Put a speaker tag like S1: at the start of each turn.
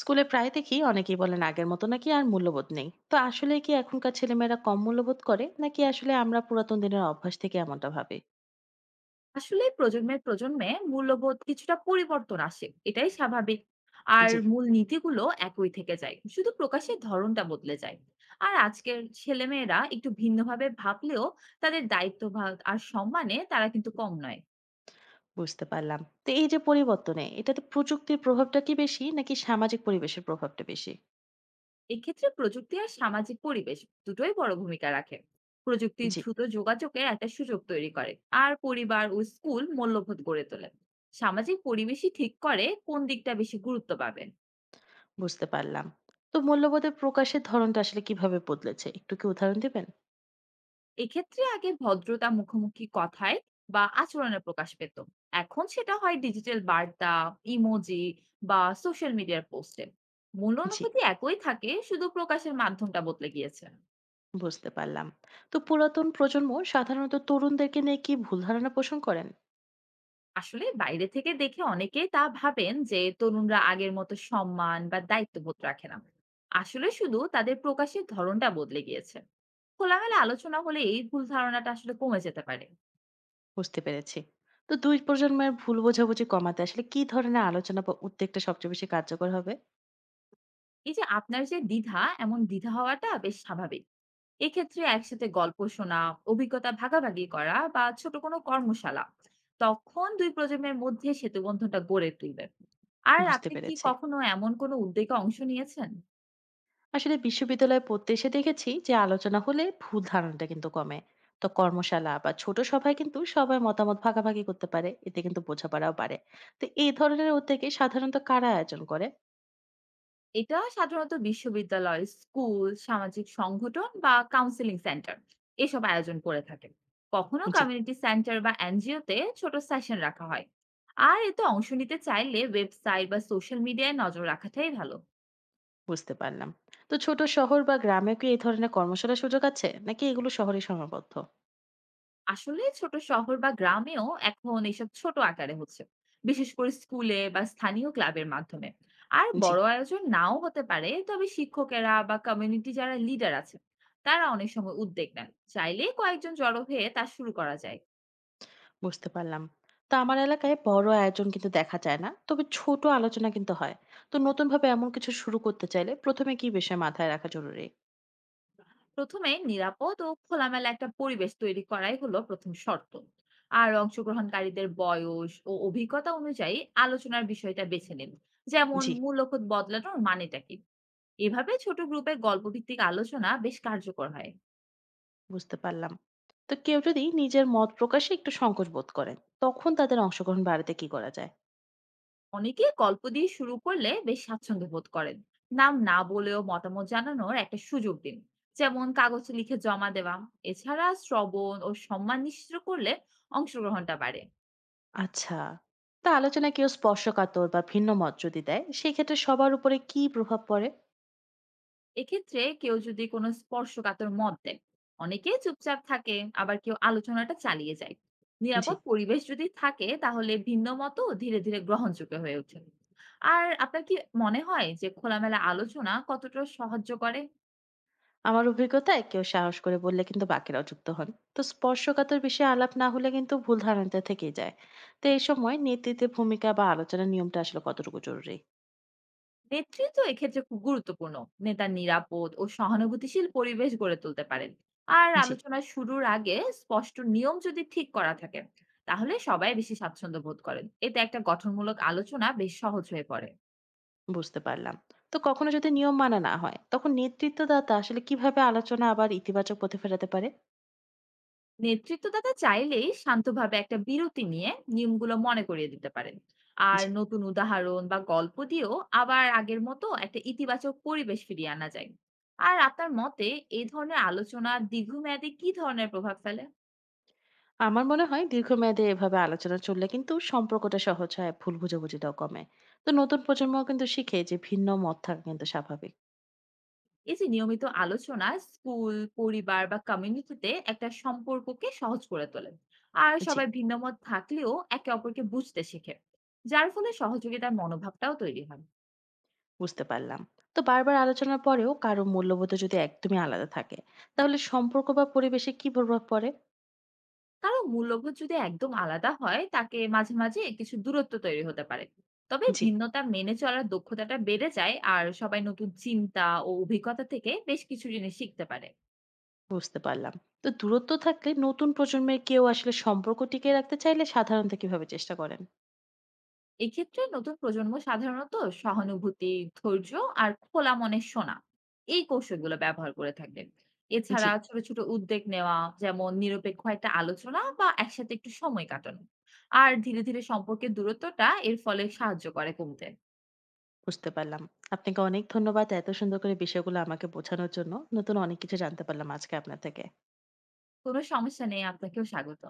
S1: স্কুলে প্রায় দেখি অনেকেই বলেন আগের মতো নাকি আর মূল্যবোধ নেই। তো আসলে কি এখনকার ছেলেমেয়েরা কম মূল্যবোধ করে, নাকি আসলে আমরা পুরাতন দিনের অভ্যাস থেকে এমনটা ভাবে?
S2: আসলে প্রজন্মের প্রজন্মে মূল্যবোধ কিছুটা পরিবর্তন আসে, এটাই স্বাভাবিক। আর
S1: জি।
S2: মূল নীতিগুলো একই থেকে যায়, শুধু প্রকাশের ধরনটা বদলে যায়। আর আজকের ছেলেমেয়েরা একটু ভিন্নভাবে ভাবলেও তাদের দায়িত্বভাগ আর সম্মানে তারা কিন্তু কম নয়।
S1: বুঝতে পারলাম। তো এই যে পরিবর্তনে, এটাতে প্রযুক্তির প্রভাবটা কি বেশি নাকি সামাজিক পরিবেশের প্রভাবটা বেশি?
S2: এক্ষেত্রে প্রযুক্তি আর সামাজিক পরিবেশ দুটোই বড় ভূমিকা রাখে। প্রযুক্তি
S1: জি।
S2: দ্রুত যোগাযোগের একটা সুযোগ তৈরি করে। আর পরিবার ও স্কুল মূল্যবোধ গড়ে তোলে। সামাজিক পরিবেশই ঠিক করে কোন দিকটা বেশি গুরুত্ব পাবে।
S1: বুঝতে পারলাম। তো মূল্যবোধের প্রকাশের ধরনটা আসলে কিভাবে বদলেছে, একটু কি উদাহরণ দিবেন?
S2: এক্ষেত্রে আগে ভদ্রতা মুখোমুখি কথায় বা আচরণে প্রকাশ পেত। এখন সেটা হয় ডিজিটাল বার্তা, ইমোজি বা সোশ্যাল মিডিয়ার পোস্টে। মূল
S1: জি।
S2: অনুভূতি একই থাকে, শুধু প্রকাশের মাধ্যমটা বদলে গিয়েছে।
S1: বুঝতে পারলাম। তো পুরাতন প্রজন্ম সাধারণত তরুণদেরকে নিয়ে কি ভুল ধারণা পোষণ করেন?
S2: আসলে বাইরে থেকে দেখে অনেকেই তা ভাবেন যে তরুণরা আগের মতো সম্মান বা দায়িত্ববোধ রাখে না। আসলে শুধু তাদের প্রকাশের ধরনটা বদলে গিয়েছে। খোলামেলা আলোচনা হলে এই ভুল ধারণাটা আসলে কমে যেতে পারে।
S1: বুঝতে পেরেছি। তো ২ প্রজন্মের ভুল বোঝাবুঝি কমাতে আসলে কি ধরনের আলোচনা বা উদ্যোগটা সবচেয়ে বেশি কার্যকর হবে?
S2: এই যে আপনার যে দ্বিধা, এমন দ্বিধা হওয়াটা বেশ স্বাভাবিক। এক্ষেত্রে একসাথে গল্প শোনা, অভিজ্ঞতা ভাগাভাগি করা বা ছোট কোনো কর্মশালা, তখন ২ প্রজন্মের মধ্যে সেতুবন্ধনটা গড়ে তুলবে। আর
S1: বুঝতে
S2: আপনি কি
S1: পেরেছি।
S2: কখনো এমন কোনো উদ্যোগে অংশ নিয়েছেন?
S1: আসলে বিশ্ববিদ্যালয়ে পড়তে এসে দেখেছি যে আলোচনা হলে ভুল ধারণাটা কিন্তু কমে। তো কর্মশালা বা ছোট সভায় কিন্তু সবাই মতামত ভাগাভাগি করতে পারে। এতে কিন্তু বোঝাপড়াও বাড়ে। তো এই ধরনের উদ্যোগে সাধারণত কারা আয়োজন করে?
S2: এটা সাধারণত বিশ্ববিদ্যালয়, স্কুল, সামাজিক সংগঠন বা কাউন্সেলিং সেন্টার এসব আয়োজন করে থাকে। কখনো
S1: জি,
S2: কমিউনিটি সেন্টার বা এনজিও তে ছোট সেশন রাখা হয়। আর এতে অংশ নিতে চাইলে ওয়েবসাইট বা সোশ্যাল মিডিয়ায় নজর রাখাটাই ভালো।
S1: বুঝতে পারলাম। তো ছোট শহর বা গ্রামেও কি এই ধরনের কর্মশালার সুযোগ আছে? নাকি এগুলো শহরে সীমাবদ্ধ?
S2: আসলে ছোট শহর বা গ্রামেও এখন এসব ছোট আকারে হচ্ছে, বিশেষ করে স্কুলে বা স্থানীয় ক্লাবের মাধ্যমে। আর
S1: জি।
S2: বড় আয়োজন নাও হতে পারে, তবে শিক্ষকেরা বা কমিউনিটি যারা লিডার আছে তারা অনেক সময় উদ্যোগ নেন। চাইলে কয়েকজন জড়ো হয়ে তা শুরু করা যায়।
S1: বুঝতে পারলাম। তো আমার এলাকায় বড় আয়োজন কিন্তু দেখা যায় না, তবে ছোট আলোচনা কিন্তু হয়। তো নতুন ভাবে এমন কিছু শুরু করতে চাইলে প্রথমে কি বিষয় মাথায় রাখা জরুরি?
S2: প্রথমে নিরাপদ ও খোলামেলা একটা পরিবেশ তৈরি করাই হলো প্রথম শর্ত। আর অংশগ্রহণকারীদের বয়স ও অভিজ্ঞতা অনুযায়ী আলোচনার বিষয়টা বেছে নিন, যেমন
S1: জি।
S2: মূল্যবোধ বদলানোর মানেটা কি। এভাবে ছোট গ্রুপে গল্পভিত্তিক আলোচনা বেশ কার্যকর হয়।
S1: বুঝতে পারলাম। তো কেউ যদি নিজের মত প্রকাশে একটু সংকোচ বোধ করেন, তখন তাদের অংশগ্রহণ বাড়াতে কি করা যায়?
S2: অনেকে গল্প দিয়ে শুরু করলে বেশ স্বাচ্ছন্দ্য বোধ করেন। নাম না বলেও মতামত জানানোর একটা সুযোগ দিন, যেমন কাগজে লিখে জমা দেওয়া। এছাড়া শ্রবণ ও সম্মান নিশ্চিত করলে অংশগ্রহণটা বাড়ে।
S1: আচ্ছা। তা আলোচনা কেউ স্পর্শকাতর বা ভিন্ন মত যদি দেয় সেক্ষেত্রে সবার উপরে কি প্রভাব পড়ে?
S2: এক্ষেত্রে কেউ যদি কোনো স্পর্শকাতর মত দেয়, অনেকে চুপচাপ থাকে, আবার কেউ আলোচনাটা চালিয়ে যায়।
S1: জি।
S2: নিরাপদ পরিবেশ যদি থাকে তাহলে ভিন্ন মতও ধীরে ধীরে গ্রহণযোগ্য হয়ে ওঠে। আর আপনার কি মনে হয় যে খোলামেলা আলোচনা কতটা সাহায্য করে?
S1: আমার অভিজ্ঞতায় কেউ সাহস করে বললে কিন্তু বাকিরাও যুক্ত হন। তো স্পর্শকাতর বিষয়ে আলাপ না হলে কিন্তু ভুল ধারণাটা থেকেই যায়। তো এই সময় নেতৃত্বের ভূমিকা বা আলোচনার নিয়মটা আসলে কতটুকু জরুরি?
S2: নেতৃত্ব এক্ষেত্রে খুব গুরুত্বপূর্ণ। নেতা নিরাপদ ও সহানুভূতিশীল পরিবেশ গড়ে তুলতে পারেন। আর
S1: জি।
S2: আলোচনা শুরুর আগে স্পষ্ট নিয়ম যদি ঠিক করা থাকে তাহলে সবাই বেশি স্বাচ্ছন্দ্য বোধ করেন। এতে একটা গঠনমূলক আলোচনা বেশ সহজ হয়ে পড়ে।
S1: বুঝতে পারলাম। তো কখনো যদি নিয়ম মানা না হয় তখন নেতৃত্বদাতা আসলে কিভাবে আলোচনা আবার ইতিবাচক পথে ফেরাতে পারে?
S2: নেতৃত্বদাতা চাইলেই শান্তভাবে একটা বিরতি নিয়ে নিয়মগুলো মনে করিয়ে দিতে পারেন। আর
S1: জি।
S2: নতুন উদাহরণ বা গল্প দিয়েও আবার আগের মতো একটা ইতিবাচক পরিবেশ ফিরিয়ে আনা যায়। আর আপনার মতে এই ধরনের আলোচনা দীর্ঘমেয়াদে কি ধরনের প্রভাব ফেলে?
S1: আমার মনে হয় দীর্ঘমেয়াদে এভাবে আলোচনা চললে কিন্তু সম্পর্কটা সহজ হয়, ভুল বোঝাবুঝিটাও কমে। তো নতুন প্রজন্ম কিন্তু শিখে যে ভিন্ন মত থাকা কিন্তু স্বাভাবিক।
S2: এই যে নিয়মিত আলোচনা, স্কুল, পরিবার বা কমিউনিটিতে একটা সম্পর্ককে সহজ করে তোলে। আর
S1: জি।
S2: সবাই ভিন্নমত থাকলেও একে অপরকে বুঝতে শেখে, যার ফলে সহযোগিতার মনোভাবটাও তৈরি হয়।
S1: বুঝতে পারলাম। তো বারবার আলোচনার পরেও কারো মূল্যবোধে যদি একদমই আলাদা থাকে, তাহলে সম্পর্ক বা পরিবেশে কি প্রভাব পড়ে?
S2: কারো মূল্যবোধ যদি একদম আলাদা হয়, তাকে মাঝে মাঝে কিছু দূরত্ব তৈরি হতে পারে। তবে
S1: জি,
S2: ভিন্নতা মেনে চলার দক্ষতাটা বেড়ে যায়, আর সবাই নতুন চিন্তা ও অভিজ্ঞতা থেকে বেশ কিছু জিনিস শিখতে পারে।
S1: বুঝতে পারলাম। তো দূরত্ব থাকলে নতুন প্রজন্মের কেউ আসলে সম্পর্ক টিকিয়ে রাখতে চাইলে সাধারণত কিভাবে চেষ্টা করেন?
S2: এক্ষেত্রে নতুন প্রজন্ম সাধারণত সহানুভূতি, ধৈর্য আর খোলা মনে শোনা, এই কৌশলগুলো ব্যবহার করে থাকে।
S1: জি,
S2: এছাড়া ছোট ছোট উদ্যোগ নেওয়া, যেমন নিরপেক্ষ একটা আলোচনা বা একসাথে একটু সময় কাটানো, আর ধীরে ধীরে সম্পর্কের দূরত্বটা এর ফলে সাহায্য করে কমতে।
S1: বুঝতে পারলাম। আপনাকে অনেক ধন্যবাদ এত সুন্দর করে বিষয়গুলো আমাকে বোঝানোর জন্য। নতুন অনেক কিছু জানতে পারলাম আজকে আপনার থেকে।
S2: কোনো সমস্যা নেই। আপনাকেও স্বাগত।